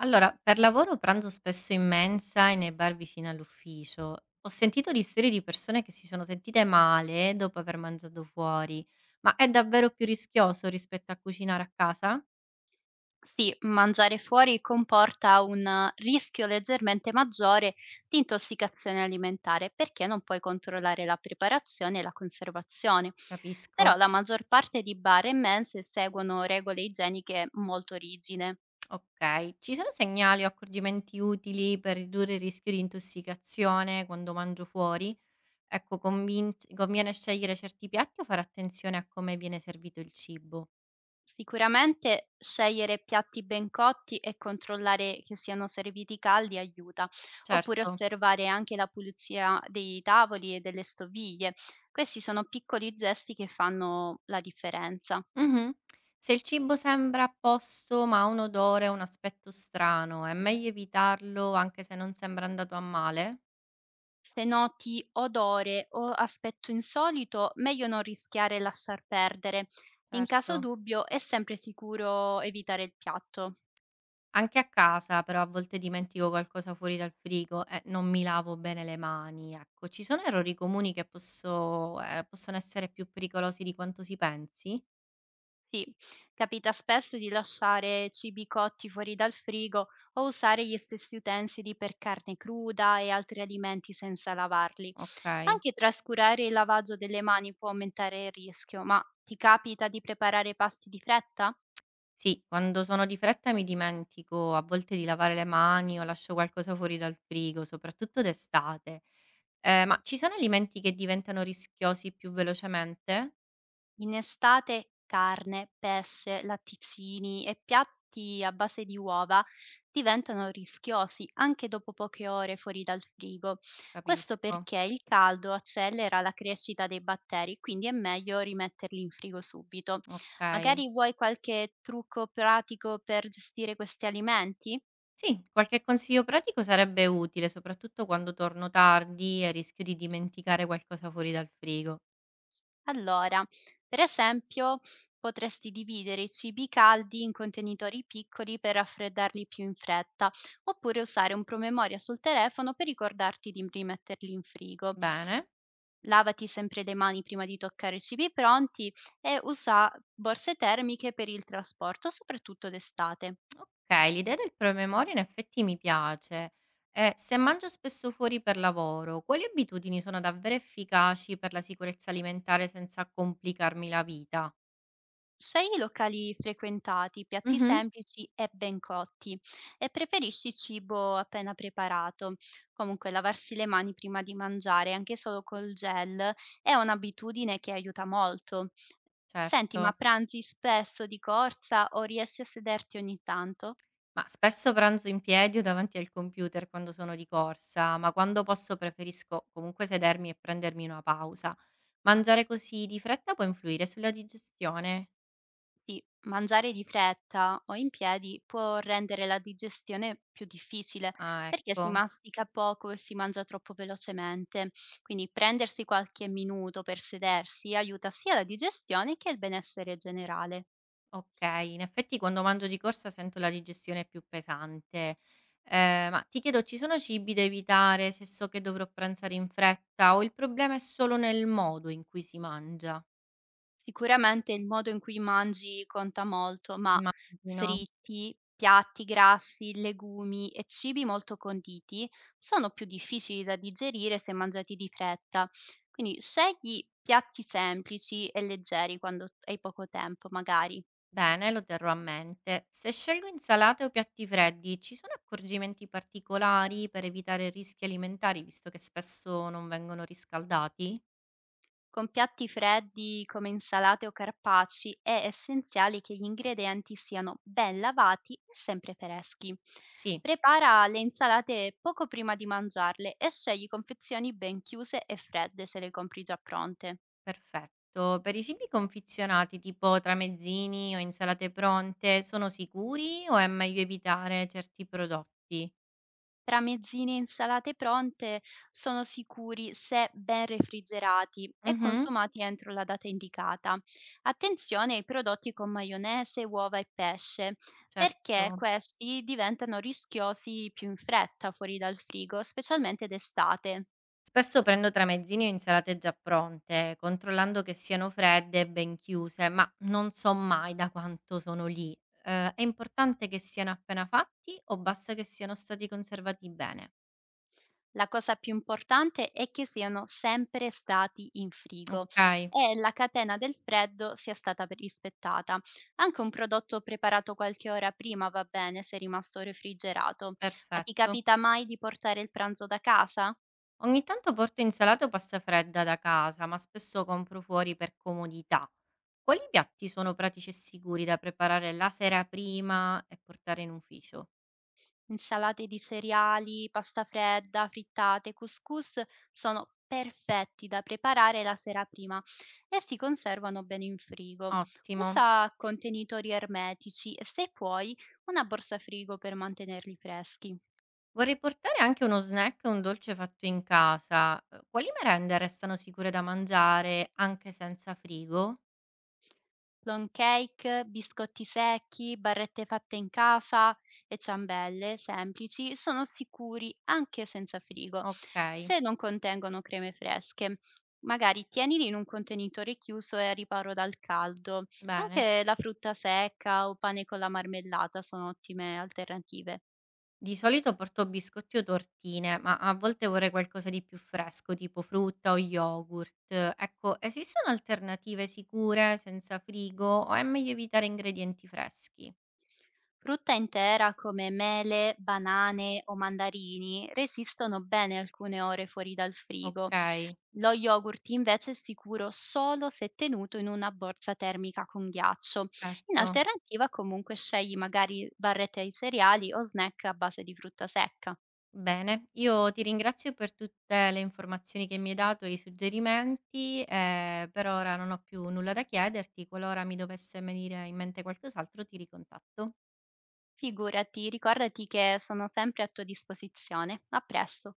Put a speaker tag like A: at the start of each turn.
A: Allora, per lavoro pranzo spesso in mensa e nei bar vicino all'ufficio. Ho sentito di storie di persone che si sono sentite male dopo aver mangiato fuori, ma è davvero più rischioso rispetto a cucinare a casa?
B: Sì, mangiare fuori comporta un rischio leggermente maggiore di intossicazione alimentare perché non puoi controllare la preparazione e la conservazione.
A: Capisco.
B: Però la maggior parte di bar e mense seguono regole igieniche molto rigide.
A: Ok, ci sono segnali o accorgimenti utili per ridurre il rischio di intossicazione quando mangio fuori? Ecco, conviene scegliere certi piatti o fare attenzione a come viene servito il cibo?
B: Sicuramente scegliere piatti ben cotti e controllare che siano serviti caldi aiuta, oppure
A: Certo.
B: osservare anche la pulizia dei tavoli e delle stoviglie. Questi sono piccoli gesti che fanno la differenza.
A: Mh-mh. Se il cibo sembra a posto ma ha un odore o un aspetto strano, è meglio evitarlo anche se non sembra andato a male?
B: Se noti odore o aspetto insolito, meglio non rischiare e lasciar perdere. In
A: Certo.
B: caso dubbio, è sempre sicuro evitare il piatto.
A: Anche a casa però a volte dimentico qualcosa fuori dal frigo e non mi lavo bene le mani, ecco. Ci sono errori comuni che posso possono essere più pericolosi di quanto si pensi?
B: Sì, capita spesso di lasciare cibi cotti fuori dal frigo o usare gli stessi utensili per carne cruda e altri alimenti senza lavarli.
A: Okay.
B: Anche trascurare il lavaggio delle mani può aumentare il rischio, ma ti capita di preparare pasti di fretta?
A: Sì, quando sono di fretta mi dimentico a volte di lavare le mani o lascio qualcosa fuori dal frigo, soprattutto d'estate. Ma ci sono alimenti che diventano rischiosi più velocemente?
B: In estate carne, pesce, latticini e piatti a base di uova diventano rischiosi anche dopo poche ore fuori dal frigo. Questo
A: Capisco,
B: perché il caldo accelera la crescita dei batteri, quindi è meglio rimetterli in frigo subito.
A: okay.
B: Magari vuoi qualche trucco pratico per gestire questi alimenti?
A: Sì, qualche consiglio pratico sarebbe utile, soprattutto quando torno tardi e rischio di dimenticare qualcosa fuori dal frigo.
B: Allora, per esempio, potresti dividere i cibi caldi in contenitori piccoli per raffreddarli più in fretta, oppure usare un promemoria sul telefono per ricordarti di rimetterli in frigo.
A: Bene,
B: Lavati sempre le mani prima di toccare i cibi pronti e usa borse termiche per il trasporto, soprattutto d'estate.
A: okay, l'idea del promemoria in effetti mi piace. E se mangio spesso fuori per lavoro, quali abitudini sono davvero efficaci per la sicurezza alimentare senza complicarmi la vita?
B: Scegli i locali frequentati, piatti
A: Mh-mh,
B: semplici e ben cotti e preferisci cibo appena preparato. Comunque lavarsi le mani prima di mangiare, anche solo col gel, è un'abitudine che aiuta molto. Senti, ma
A: certo.
B: pranzi spesso di corsa o riesci a sederti ogni tanto?
A: Ma spesso pranzo in piedi o davanti al computer quando sono di corsa, ma quando posso preferisco comunque sedermi e prendermi una pausa. Mangiare così di fretta può influire sulla digestione?
B: Sì, mangiare di fretta o in piedi può rendere la digestione più difficile
A: Ah,
B: perché si
A: ecco.
B: mastica poco e si mangia troppo velocemente. Quindi prendersi qualche minuto per sedersi aiuta sia la digestione che il benessere generale.
A: Ok, in effetti quando mangio di corsa sento la digestione più pesante. Ma ti chiedo, ci sono cibi da evitare se so che dovrò pranzare in fretta o il problema è solo nel modo in cui si mangia?
B: Sicuramente il modo in cui mangi conta molto, ma
A: Immagino.
B: fritti, piatti grassi, legumi e cibi molto conditi sono più difficili da digerire se mangiati di fretta. Quindi scegli piatti semplici e leggeri quando hai poco tempo, magari.
A: Bene, lo terrò a mente. Se scelgo insalate o piatti freddi, ci sono accorgimenti particolari per evitare rischi alimentari, visto che spesso non vengono riscaldati?
B: Con piatti freddi come insalate o carpacci è essenziale che gli ingredienti siano ben lavati e sempre freschi.
A: Sì,
B: Prepara le insalate poco prima di mangiarle e scegli confezioni ben chiuse e fredde se le compri già pronte.
A: perfetto. Per i cibi confezionati, tipo tramezzini o insalate pronte, sono sicuri o è meglio evitare certi prodotti?
B: Tramezzine e insalate pronte sono sicuri se ben refrigerati e
A: Mhm,
B: consumati entro la data indicata. Attenzione ai prodotti con maionese, uova e pesce, perché
A: certo.
B: questi diventano rischiosi più in fretta fuori dal frigo, specialmente d'estate.
A: Spesso prendo tramezzini o insalate già pronte, controllando che siano fredde e ben chiuse, ma non so mai da quanto sono lì. È importante che siano appena fatti o basta che siano stati conservati bene?
B: La cosa più importante è che siano sempre stati in frigo
A: Ok,
B: e la catena del freddo sia stata rispettata. Anche un prodotto preparato qualche ora prima va bene se è rimasto refrigerato. Ma ti
A: perfetto.
B: capita mai di portare il pranzo da casa?
A: Ogni tanto porto insalata o pasta fredda da casa, ma spesso compro fuori per comodità. Quali piatti sono pratici e sicuri da preparare la sera prima e portare in ufficio?
B: Insalate di cereali, pasta fredda, frittate, couscous sono perfetti da preparare la sera prima e si conservano bene in frigo.
A: Ottimo.
B: Usa contenitori ermetici e se puoi una borsa frigo per mantenerli freschi.
A: Vorrei portare anche uno snack e un dolce fatto in casa. Quali merende restano sicure da mangiare anche senza frigo?
B: Lawn cake, biscotti secchi, barrette fatte in casa e ciambelle semplici sono sicuri anche senza frigo,
A: Okay,
B: se non contengono creme fresche. Magari tienili in un contenitore chiuso e al riparo dal caldo.
A: bene.
B: Anche la frutta secca o pane con la marmellata sono ottime alternative.
A: Di solito porto biscotti o tortine, ma a volte vorrei qualcosa di più fresco, tipo frutta o yogurt. Ecco, esistono alternative sicure senza frigo o è meglio evitare ingredienti freschi?
B: Frutta intera come mele, banane o mandarini resistono bene alcune ore fuori dal frigo.
A: Okay,
B: Lo yogurt invece è sicuro solo se tenuto in una borsa termica con ghiaccio. In
A: certo.
B: alternativa comunque scegli magari barrette ai cereali o snack a base di frutta secca.
A: Bene, io ti ringrazio per tutte le informazioni che mi hai dato e i suggerimenti, e per ora non ho più nulla da chiederti. Qualora mi dovesse venire in mente qualcos'altro, ti ricontatto.
B: Figurati, ricordati che sono sempre a tua disposizione. A presto.